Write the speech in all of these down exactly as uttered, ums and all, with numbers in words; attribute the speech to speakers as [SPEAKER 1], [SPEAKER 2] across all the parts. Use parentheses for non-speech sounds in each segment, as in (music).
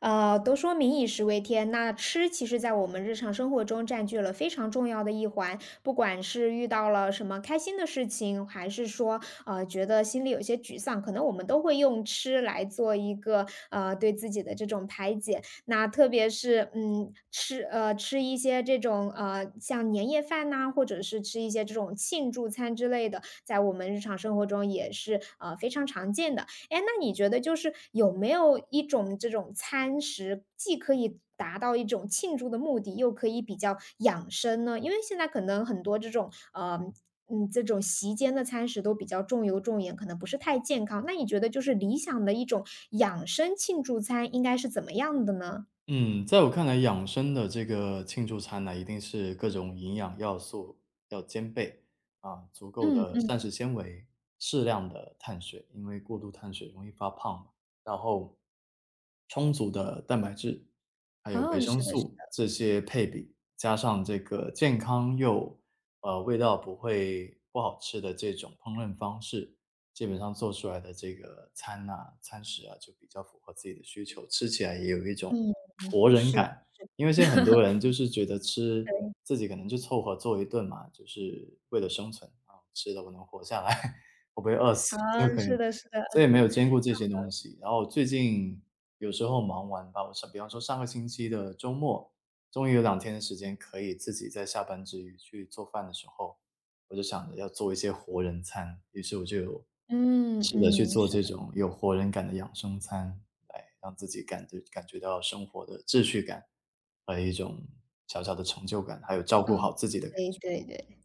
[SPEAKER 1] 呃，都说民以食为天，那吃其实在我们日常生活中占据了非常重要的一环。不管是遇到了什么开心的事情，还是说，呃，觉得心里有些沮丧，可能我们都会用吃来做一个，呃，对自己的这种排解。那特别是，嗯，吃呃，吃一些这种，呃，像年夜饭呐，或者是吃一些这种庆祝餐之类的，在我们日常生活中也是，呃，非常常见的。哎，那你觉得就是有没有一种这种餐食，既可以达到一种庆祝的目的，又可以比较养生呢？因为现在可能很多这种，呃，嗯，这种席间的餐食都比较重油重盐，可能不是太健康。那你觉得就是理想的一种养生庆祝餐应该是怎么样的呢？
[SPEAKER 2] 嗯，在我看来，养生的这个庆祝餐呢，一定是各种营养要素要兼备啊，足够
[SPEAKER 1] 嗯
[SPEAKER 2] 的膳
[SPEAKER 1] 嗯，
[SPEAKER 2] 食纤维，适量的碳水，因为过度碳水容易发胖嘛。然后充足的蛋白质，还有维
[SPEAKER 1] 哦，
[SPEAKER 2] 生
[SPEAKER 1] 是的，是
[SPEAKER 2] 素
[SPEAKER 1] 的，
[SPEAKER 2] 这些配比，加上这个健康又呃味道不会不好吃的这种烹饪方式，基本上做出来的这个餐呐、餐食啊，就比较符合自己的需求，吃起来也有一种。
[SPEAKER 1] 嗯嗯，是的，
[SPEAKER 2] 因为现在很多人就是觉得吃
[SPEAKER 1] 对，
[SPEAKER 2] 自己可能就凑合做一顿嘛，就是为了生存啊，吃了我能活下来，(laughs) 我不会饿死 (laughs) 就
[SPEAKER 1] 嗯，
[SPEAKER 2] 可以了，
[SPEAKER 1] 是的，是的，
[SPEAKER 2] 所以没有兼顾这些东西。然后最近有时候忙完吧，我上比方说上个星期的周末，终于有两天的时间可以自己在下班之余去做饭的时候，我就想着要做一些活人餐，于是我就有。
[SPEAKER 1] 嗯
[SPEAKER 2] 是的，去
[SPEAKER 1] 嗯，
[SPEAKER 2] 做
[SPEAKER 1] 是
[SPEAKER 2] 这
[SPEAKER 1] 的，
[SPEAKER 2] 种有活人感的养生餐，来让自己感觉感觉到生活的秩序感，和一种小小的成就感，还有照
[SPEAKER 1] 啊，
[SPEAKER 2] 顾好自己的感
[SPEAKER 1] 对
[SPEAKER 2] 觉。
[SPEAKER 1] 对对。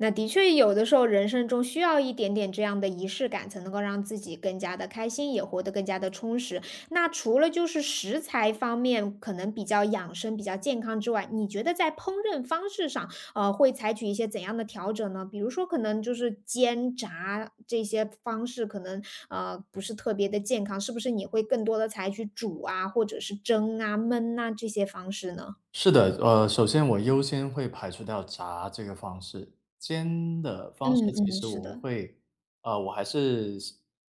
[SPEAKER 1] 那的确，有的时候人生中需要一点点这样的仪式感，才能够让自己更加的开心，也活得更加的充实。那除了就是食材方面可能比较养生、比较健康之外，你觉得在烹饪方式上，呃，会采取一些怎样的调整呢？比如说，可能就是煎炸这些方式，可能呃不是特别的健康，是不是你会更多的采取煮啊，或者是蒸啊、焖啊这些方式呢？
[SPEAKER 2] 是的，呃，首先我优先会排除掉炸这个方式，煎的方式
[SPEAKER 1] 嗯
[SPEAKER 2] 其
[SPEAKER 1] 嗯，
[SPEAKER 2] 实
[SPEAKER 1] 是
[SPEAKER 2] 我
[SPEAKER 1] 的，
[SPEAKER 2] 会呃，我还是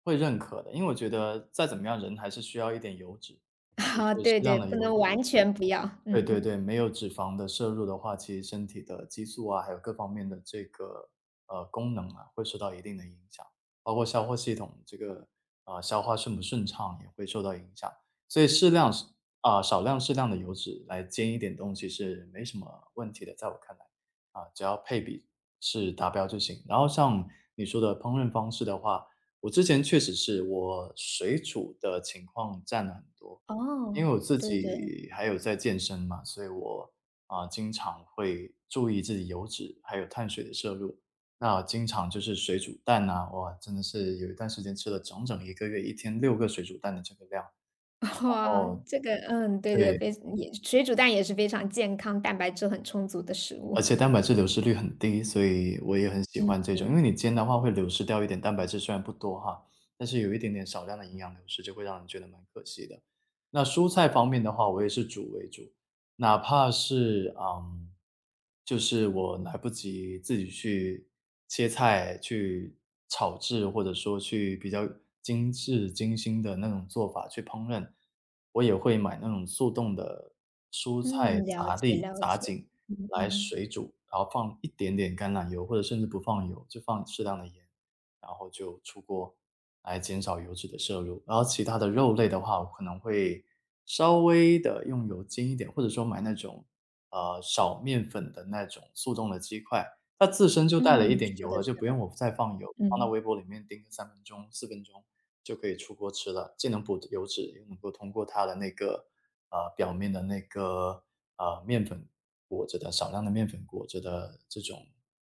[SPEAKER 2] 会认可的，因为我觉得再怎么样人还是需要一点油脂，
[SPEAKER 1] (laughs)
[SPEAKER 2] 就
[SPEAKER 1] 啊，
[SPEAKER 2] 是适
[SPEAKER 1] 对
[SPEAKER 2] 量
[SPEAKER 1] 对，
[SPEAKER 2] 的
[SPEAKER 1] 不
[SPEAKER 2] 油
[SPEAKER 1] 能
[SPEAKER 2] 脂。
[SPEAKER 1] 完全不要，
[SPEAKER 2] 对
[SPEAKER 1] 嗯
[SPEAKER 2] 对对，
[SPEAKER 1] 嗯。
[SPEAKER 2] 没有脂肪的摄入的话，其实身体的激素啊，还有各方面的这个呃功能啊，会受到一定的影响，包括消化系统这个啊、呃消化顺不顺畅也会受到影响。所以适量是啊、少量适量的油脂来煎一点东西是没什么问题的，在我看来啊、只要配比是达标就行。然后像你说的烹饪方式的话，我之前确实是我水煮的情况占了很多。因
[SPEAKER 1] 哦，
[SPEAKER 2] 为我自
[SPEAKER 1] 对对，
[SPEAKER 2] 己还有在健身嘛，所以我啊、经常会注意自己油脂还有碳水的摄入。那经常就是水煮蛋呐、哇，真的是有一段时间吃了整整一个月，一天六个水煮蛋的这个量。
[SPEAKER 1] (laughs) 哇，
[SPEAKER 2] 哦，
[SPEAKER 1] 这个嗯，对对，
[SPEAKER 2] 对，
[SPEAKER 1] 非也水煮蛋也是非常健康、蛋白质很充足的食物。
[SPEAKER 2] 而且蛋白质流失率很低，所以我也很喜
[SPEAKER 1] 嗯
[SPEAKER 2] 欢这种。因为
[SPEAKER 1] 嗯
[SPEAKER 2] 你煎的话会流失掉一点蛋白质，虽然不多哈，但是有一点点少量的营养流失，就会让人觉得蛮可惜的。那蔬菜方面的话，我也是煮为主，哪怕是嗯，就是我来不及自己去切菜、去炒制，或者说去比较精致、精心的那种做法去烹饪，我也会买那种速冻的蔬菜
[SPEAKER 1] 嗯，了
[SPEAKER 2] 杂
[SPEAKER 1] 解
[SPEAKER 2] 粒、
[SPEAKER 1] 了
[SPEAKER 2] 杂
[SPEAKER 1] 解，
[SPEAKER 2] 锦。
[SPEAKER 1] 嗯
[SPEAKER 2] 来
[SPEAKER 1] 嗯
[SPEAKER 2] 水煮，然后放一点点橄榄油，或者甚至不放油，就放适量的盐，然后就出锅来减少油脂的摄入。然后其他的肉类的话，我可能会稍微的用油煎一点，或者说买那种呃少面粉的那种速冻的鸡块，它自身就
[SPEAKER 1] 嗯，
[SPEAKER 2] 带了一点
[SPEAKER 1] 是
[SPEAKER 2] 油
[SPEAKER 1] 的
[SPEAKER 2] 了，就
[SPEAKER 1] 是
[SPEAKER 2] 不用我
[SPEAKER 1] 的，
[SPEAKER 2] 再放油，放到
[SPEAKER 1] 嗯。
[SPEAKER 2] 微波里面叮个三分钟、四分钟就可以出锅吃了，既能补油脂，又能够通过它的那个呃表面的那个呃面粉裹着的少量的面粉裹着的这种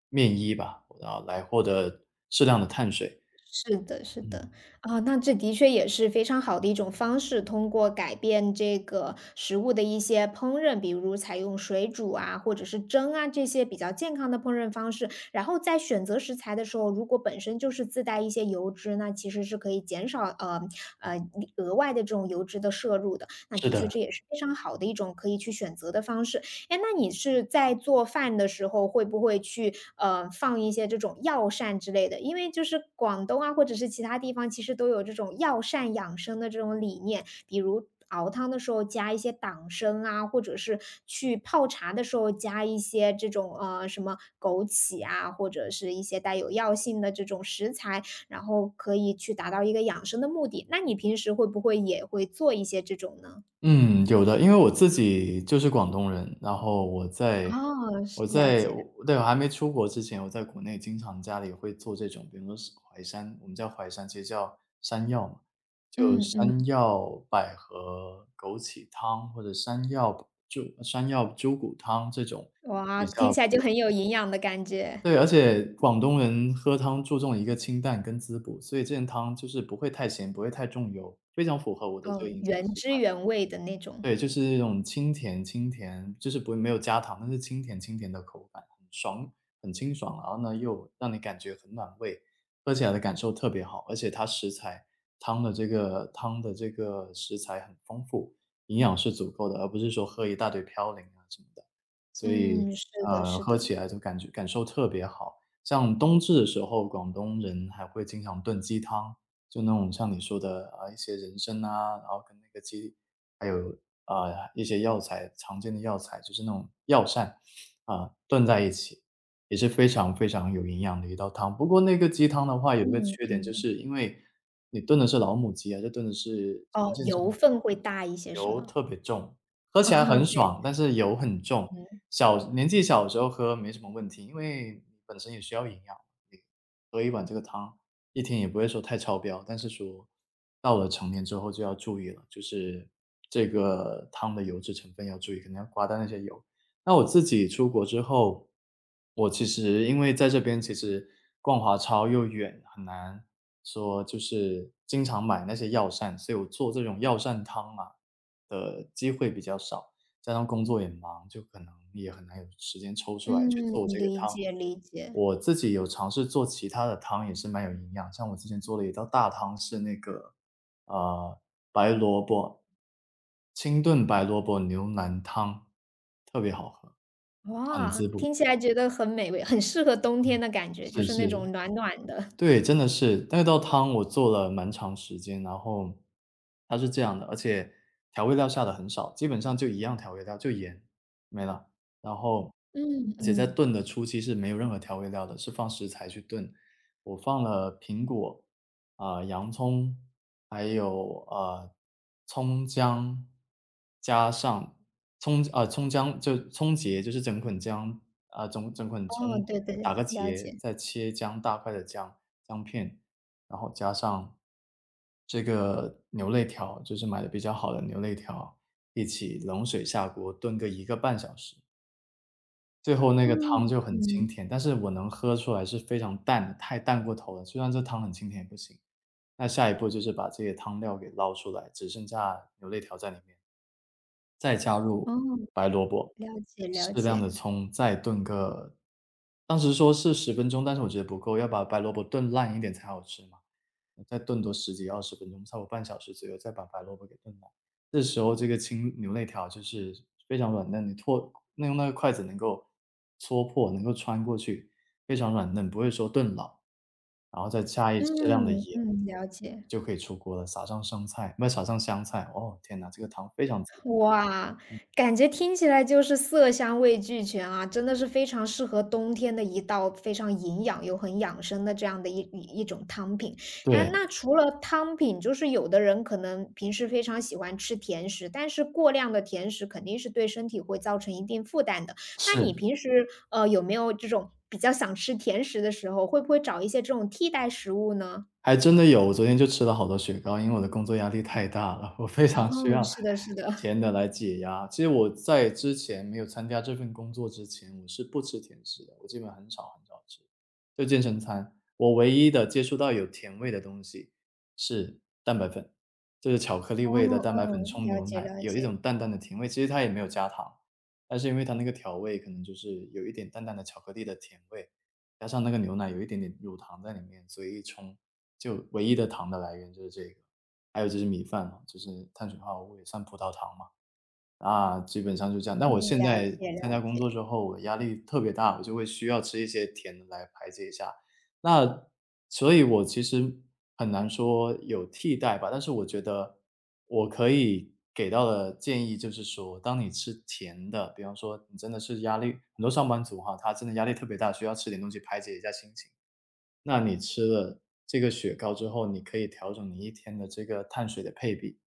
[SPEAKER 2] 面衣吧，然后来获得适量的碳水。
[SPEAKER 1] 是的，是
[SPEAKER 2] 嗯，
[SPEAKER 1] 的，啊，那这的确也是非常好的一种方式，通过改变这个食物的一些烹饪，比如采用水煮啊，或者是蒸啊这些比较健康的烹饪方式，然后在选择食材的时候，如果本身就是自带一些油脂，那其实是可以减少呃呃额外的这种油脂的摄入的。那
[SPEAKER 2] 是
[SPEAKER 1] 的确
[SPEAKER 2] 的。
[SPEAKER 1] 这也是非常好的一种可以去选择的方式。哎，那你是在做饭的时候会不会去，呃，放一些这种药膳之类的？因为就是广东啊，或者是其他地方，其实都有这种药膳养生的这种理念，比如熬汤的时候加一些党参啊，或者是去泡茶的时候加一些这种，呃，什么枸杞啊，或者是一些带有药性的这种食材，然后可以去达到一个养生的目的。那你平时会不会也会做一些这种呢？
[SPEAKER 2] 嗯，有的，因为我自己就是广东人，然后我在
[SPEAKER 1] 哦，是，
[SPEAKER 2] 我
[SPEAKER 1] 了
[SPEAKER 2] 在
[SPEAKER 1] 解，
[SPEAKER 2] 我对，我还没出国之前，我在国内经常家里会做这种，比如说是淮山，我们叫淮山，其实叫山药嘛，就
[SPEAKER 1] 嗯嗯。
[SPEAKER 2] 山药百合枸杞汤，或者山药猪山药猪骨汤这种
[SPEAKER 1] 哇，
[SPEAKER 2] 比
[SPEAKER 1] 听
[SPEAKER 2] 较。
[SPEAKER 1] 起来就很有营养的感觉，
[SPEAKER 2] 对，而且广东人喝汤注重一个清淡跟滋补，所以这件汤就是不会太咸，不会太重油，非常符合我的这个
[SPEAKER 1] 嗯，
[SPEAKER 2] 饮食
[SPEAKER 1] 原
[SPEAKER 2] 习
[SPEAKER 1] 汁
[SPEAKER 2] 惯。
[SPEAKER 1] 原味的那种。
[SPEAKER 2] 对，就是那种清甜清甜，就是不会没有加糖，但是清甜清甜的口感，很爽，很清爽，然后呢，又让你感觉很暖胃，喝起来的感受特别好，而且它食材汤的这个汤的这个食材很丰富，营养是足够的，而不是说喝一大堆嘌呤啊什么的。所以，
[SPEAKER 1] 嗯，是的，
[SPEAKER 2] 呃，
[SPEAKER 1] 是
[SPEAKER 2] 喝
[SPEAKER 1] 的，
[SPEAKER 2] 起来就感觉感受特别好。像冬至的时候，广东人还会经常炖鸡汤，就那种像你说的，啊，一些人参啊，然后跟那个鸡还有，啊，呃一些药材常见的药材，就是那种药膳，啊，炖在一起，也是非常非常有营养的一道汤。不过那个鸡汤的话，有一个
[SPEAKER 1] 嗯，
[SPEAKER 2] 缺点，就是因为你炖的是老母鸡啊，这炖的是
[SPEAKER 1] 哦，
[SPEAKER 2] 常见。
[SPEAKER 1] 油分会大一些是
[SPEAKER 2] 油
[SPEAKER 1] 吗？
[SPEAKER 2] 特别重，喝
[SPEAKER 1] (laughs)
[SPEAKER 2] 起来
[SPEAKER 1] 哦，
[SPEAKER 2] 很
[SPEAKER 1] 对，
[SPEAKER 2] 爽，但是油很重。
[SPEAKER 1] 嗯，
[SPEAKER 2] 小年纪小的时候喝没什么问题，因为本身也需要营养，你喝一碗这个汤，一天也不会说太超标。但是说到了成年之后就要注意了，就是这个汤的油脂成分要注意，可能要刮掉那些油。那我自己出国之后，我其实因为在这边其实逛华超又远，很难说就是经常买那些药膳，所以我做这种药膳汤啊，的机会比较少，加上工作也忙，就可能也很难有时间抽出来去
[SPEAKER 1] 嗯，
[SPEAKER 2] 做这个
[SPEAKER 1] 理
[SPEAKER 2] 汤。
[SPEAKER 1] 解理解。
[SPEAKER 2] 我自己有尝试做其他的汤，也是蛮有营养，像我之前做了一道大汤是那个，呃，白萝卜清炖白萝卜牛腩汤，特别好喝，很
[SPEAKER 1] 哇，
[SPEAKER 2] 滋补，
[SPEAKER 1] 听起来觉得很美味，很适合冬天的感觉，就
[SPEAKER 2] 是
[SPEAKER 1] 是那
[SPEAKER 2] 是。
[SPEAKER 1] 种暖暖的。(laughs)
[SPEAKER 2] 对，真的是。那道汤我做了蛮长时间，然后它是这样的，而且调味料下的很少，基本上就一样调味料，就盐，没了。然后
[SPEAKER 1] 嗯
[SPEAKER 2] 而且在
[SPEAKER 1] 嗯，
[SPEAKER 2] 炖的初期是没有任何调味料的，是放食材去炖。我放了苹果，啊、洋葱，还有呃葱姜，加上葱啊、葱姜就葱节，就是整捆姜啊、整整捆
[SPEAKER 1] 哦，
[SPEAKER 2] 葱
[SPEAKER 1] 对对，
[SPEAKER 2] 打个
[SPEAKER 1] 了
[SPEAKER 2] 结，
[SPEAKER 1] 解。
[SPEAKER 2] 再切姜大块的姜姜片，然后加上这个牛肋条，就是买的比较好的牛肋条，一起冷水下锅炖个一个半小时。最后那个汤
[SPEAKER 1] 嗯
[SPEAKER 2] 就很清
[SPEAKER 1] 嗯，
[SPEAKER 2] 甜，但是我能喝出来是非常淡的，太淡过头了，虽然这汤很清甜也不行。那下一步就是把这些汤料给捞出来，只剩下牛肋条在里面。再加入
[SPEAKER 1] 哦，
[SPEAKER 2] 白萝卜，
[SPEAKER 1] 了解了
[SPEAKER 2] 适量
[SPEAKER 1] 解，
[SPEAKER 2] 的葱，再炖个当时说是十分钟，但是我觉得不够，要把白萝卜炖烂一点才好吃嘛。再炖多十几二十分钟，差不多半小时左右，再把白萝卜给炖烂。这时候这个青牛肋条就是非常软嫩，你唾那用那个筷子能够戳破，能够穿过去，非常软嫩，不会说炖老。然后再加一适量的
[SPEAKER 1] 嗯
[SPEAKER 2] 盐，
[SPEAKER 1] 嗯，了解。
[SPEAKER 2] 就可以出锅了，撒上生菜不，撒上香菜，哦，天哪，这个汤非常滋。
[SPEAKER 1] 哇，感觉听起来就是色香味俱全啊，真的是非常适合冬天的一道非常营养又很养生的这样的一一一种汤品。哎，那
[SPEAKER 2] 对，
[SPEAKER 1] 除了汤品，就是有的人可能平时非常喜欢吃甜食，但是过量的甜食肯定是对身体会造成一定负担的。那你
[SPEAKER 2] 是。
[SPEAKER 1] 平时呃有没有这种比较想吃甜食的时候，会不会找一些这种替代食物呢？
[SPEAKER 2] 还真的有，我昨天就吃了好多雪糕，因为我的工作压力太大了，我非常需
[SPEAKER 1] 哦，
[SPEAKER 2] 要
[SPEAKER 1] 是的，是的，
[SPEAKER 2] 甜的来解压。其实我在之前没有参加这份工作之前，我是不吃甜食的，我基本很少很少吃，就健身餐。我唯一的接触到有甜味的东西是蛋白粉，就是巧克力
[SPEAKER 1] 哦，
[SPEAKER 2] 味的蛋白粉
[SPEAKER 1] 哦，
[SPEAKER 2] 冲
[SPEAKER 1] 了
[SPEAKER 2] 牛
[SPEAKER 1] 解
[SPEAKER 2] 奶，
[SPEAKER 1] 了
[SPEAKER 2] 有一
[SPEAKER 1] 解，
[SPEAKER 2] 种淡淡的甜味，其实它也没有加糖，但是因为它那个调味可能就是有一点淡淡的巧克力的甜味，加上那个牛奶有一点点乳糖在里面，所以一冲就唯一的糖的来源就是这个，还有就是米饭嘛，就是碳水化合物也算葡萄糖嘛，啊，基本上就这样。那我
[SPEAKER 1] 嗯，
[SPEAKER 2] 现
[SPEAKER 1] 了
[SPEAKER 2] 在
[SPEAKER 1] 解了
[SPEAKER 2] 参加工作
[SPEAKER 1] 解。
[SPEAKER 2] 之后，我压力特别大，我就会需要吃一些甜的来排解一下。那所以我其实很难说有替代吧，但是我觉得我可以给到的建议就是说，当你吃甜的，比方说你真的是压力很多上班族哈，他真的压力特别大，需要吃点东西排解一下心情。那你吃了这个雪糕之后，你可以调整你一天的这个碳水的配比。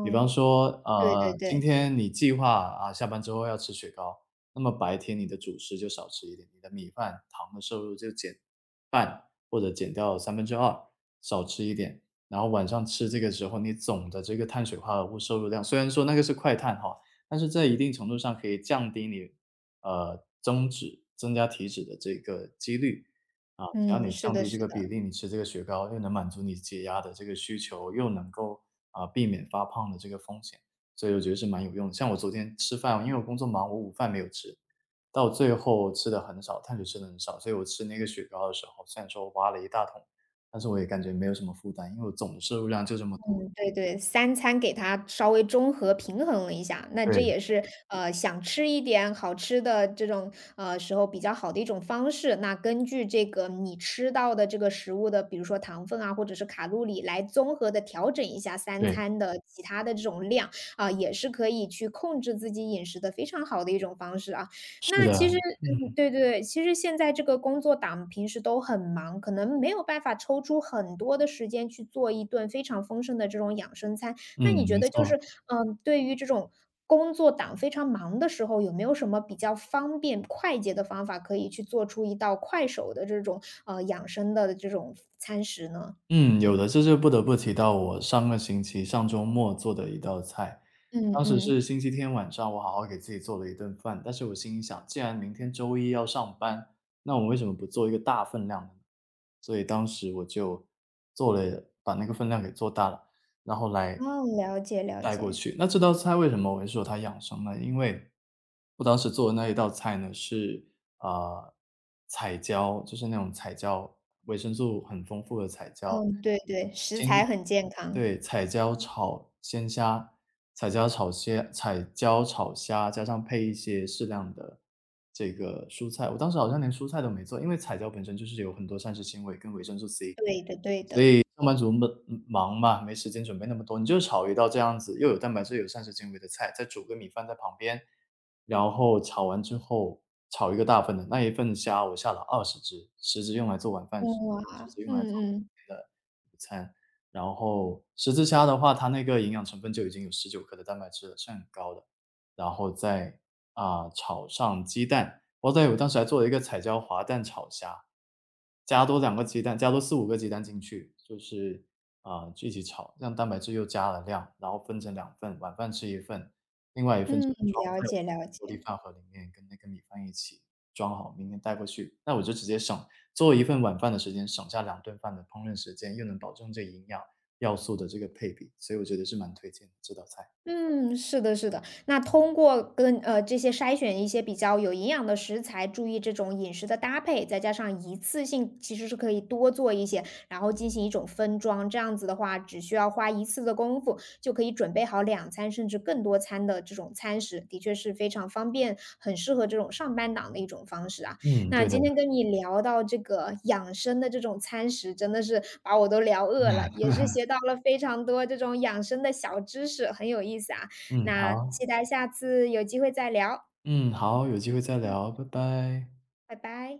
[SPEAKER 2] 比方说，
[SPEAKER 1] 对对
[SPEAKER 2] 呃，今
[SPEAKER 1] 对，
[SPEAKER 2] 天你计划啊下班之后要吃雪糕，那么白天你的主食就少吃一点，你的米饭糖的摄入就减半或者减掉三分之二，少吃一点。然后晚上吃这个时候，你总的这个碳水化合物摄入量，虽然说那个是快碳哈，但是在一定程度上可以降低你呃增脂、增加体脂的这个几率。啊，只要
[SPEAKER 1] 嗯，
[SPEAKER 2] 你
[SPEAKER 1] 是
[SPEAKER 2] 降
[SPEAKER 1] 的，
[SPEAKER 2] 低
[SPEAKER 1] 是
[SPEAKER 2] 这个比
[SPEAKER 1] 的，
[SPEAKER 2] 例，你吃这个雪糕又能满足你解压的这个需求，又能够啊、避免发胖的这个风险，所以我觉得是蛮有用的。像我昨天吃饭，因为我工作忙，我午饭没有吃，到最后吃的很少，碳水吃的很少，所以我吃那个雪糕的时候，虽然说我挖了一大桶，但是我也感觉没有什么负担，因为我总的摄入量就这么多。
[SPEAKER 1] 嗯，对对，三餐给它稍微中和平衡了一下，那
[SPEAKER 2] 对
[SPEAKER 1] 这也是呃想吃一点好吃的这种呃时候比较好的一种方式。那根据这个你吃到的这个食物的，比如说糖分啊，或者是卡路里，来综合的调整一下三
[SPEAKER 2] 对，
[SPEAKER 1] 餐的其他的这种量啊，也是可以去控制自己饮食的非常好的一种方式啊。
[SPEAKER 2] 是
[SPEAKER 1] 那
[SPEAKER 2] 的，
[SPEAKER 1] 其实嗯，
[SPEAKER 2] 嗯
[SPEAKER 1] 对对对，其实现在这个工作党平时都很忙，可能没有办法抽出很多的时间去做一顿非常丰盛的这种养生餐。
[SPEAKER 2] 嗯，
[SPEAKER 1] 那你觉
[SPEAKER 2] 没
[SPEAKER 1] 得就
[SPEAKER 2] 错。
[SPEAKER 1] 是，嗯，对于这种工作党非常忙的时候，有没有什么比较方便快捷的方法，可以去做出一道快手的这种，呃，养生的这种餐食呢？
[SPEAKER 2] 嗯，有的，这就不得不提到我上个星期上周末做的一道菜。
[SPEAKER 1] 嗯
[SPEAKER 2] 当时是
[SPEAKER 1] 嗯，
[SPEAKER 2] 星期天晚上，我好好给自己做了一顿饭，但是我心里想，既然明天周一要上班，那我为什么不做一个大分量的呢？所以当时我就做了，把那个分量给做大了，然后来
[SPEAKER 1] 哦，了解了
[SPEAKER 2] 带过
[SPEAKER 1] 解。
[SPEAKER 2] 去。那这道菜为什么我会说它养生呢？因为我当时做的那一道菜呢，是呃，彩椒，就是那种彩椒，维生素很丰富的彩椒，
[SPEAKER 1] 嗯，对对，食材很健康。
[SPEAKER 2] 对，彩椒炒鲜虾，彩椒炒鲜彩椒炒虾，加上配一些适量的这个蔬菜，我当时好像连蔬菜都没做，因为彩椒本身就是有很多膳食纤维跟维生素 C。
[SPEAKER 1] 对的对的。
[SPEAKER 2] 上班族们忙嘛，没时间准备那么多，你就炒一道这样子，又有蛋白质又有膳食纤维的菜，再煮个米饭在旁边，然后炒完之后炒一个大份的，那一份虾我下了二十只十只用来做晚饭，十
[SPEAKER 1] 哇，
[SPEAKER 2] 只用
[SPEAKER 1] 嗯
[SPEAKER 2] 来做
[SPEAKER 1] 嗯。
[SPEAKER 2] 然后十字虾的话，它那个营养成分就已经有十九克的蛋白质了，是很高的。然后再，啊，炒上鸡蛋，我在我当时还做了一个彩椒滑蛋炒虾，加多两个鸡蛋，加多四五个鸡蛋进去，就是，啊，就一起炒，让蛋白质又加了量，然后分成两份，晚饭吃一份，另外一份就
[SPEAKER 1] 嗯，
[SPEAKER 2] 装
[SPEAKER 1] 了
[SPEAKER 2] 在我
[SPEAKER 1] 解了
[SPEAKER 2] 那个玻璃
[SPEAKER 1] 解。
[SPEAKER 2] 饭盒里面，跟那个米饭一起装好，明天带过去，那我就直接省做一份晚饭的时间，省下两顿饭的烹饪时间，又能保证这营养要素的这个配比，所以我觉得是蛮推荐的这道菜。
[SPEAKER 1] 嗯，是的，是的。那通过跟呃这些筛选一些比较有营养的食材，注意这种饮食的搭配，再加上一次性其实是可以多做一些，然后进行一种分装。这样子的话，只需要花一次的功夫，就可以准备好两餐甚至更多餐的这种餐食，的确是非常方便，很适合这种上班党的一种方式啊。
[SPEAKER 2] 嗯，
[SPEAKER 1] 那
[SPEAKER 2] 对的，
[SPEAKER 1] 今天跟你聊到这个养生的这种餐食，真的是把我都聊饿了，也是学到了非常多这种养生的小知识，很有意思啊。
[SPEAKER 2] 嗯，
[SPEAKER 1] 那
[SPEAKER 2] 好，
[SPEAKER 1] 期待下次有机会再聊，
[SPEAKER 2] 嗯，好，有机会再
[SPEAKER 1] 嗯，
[SPEAKER 2] 聊，拜拜。
[SPEAKER 1] 拜拜。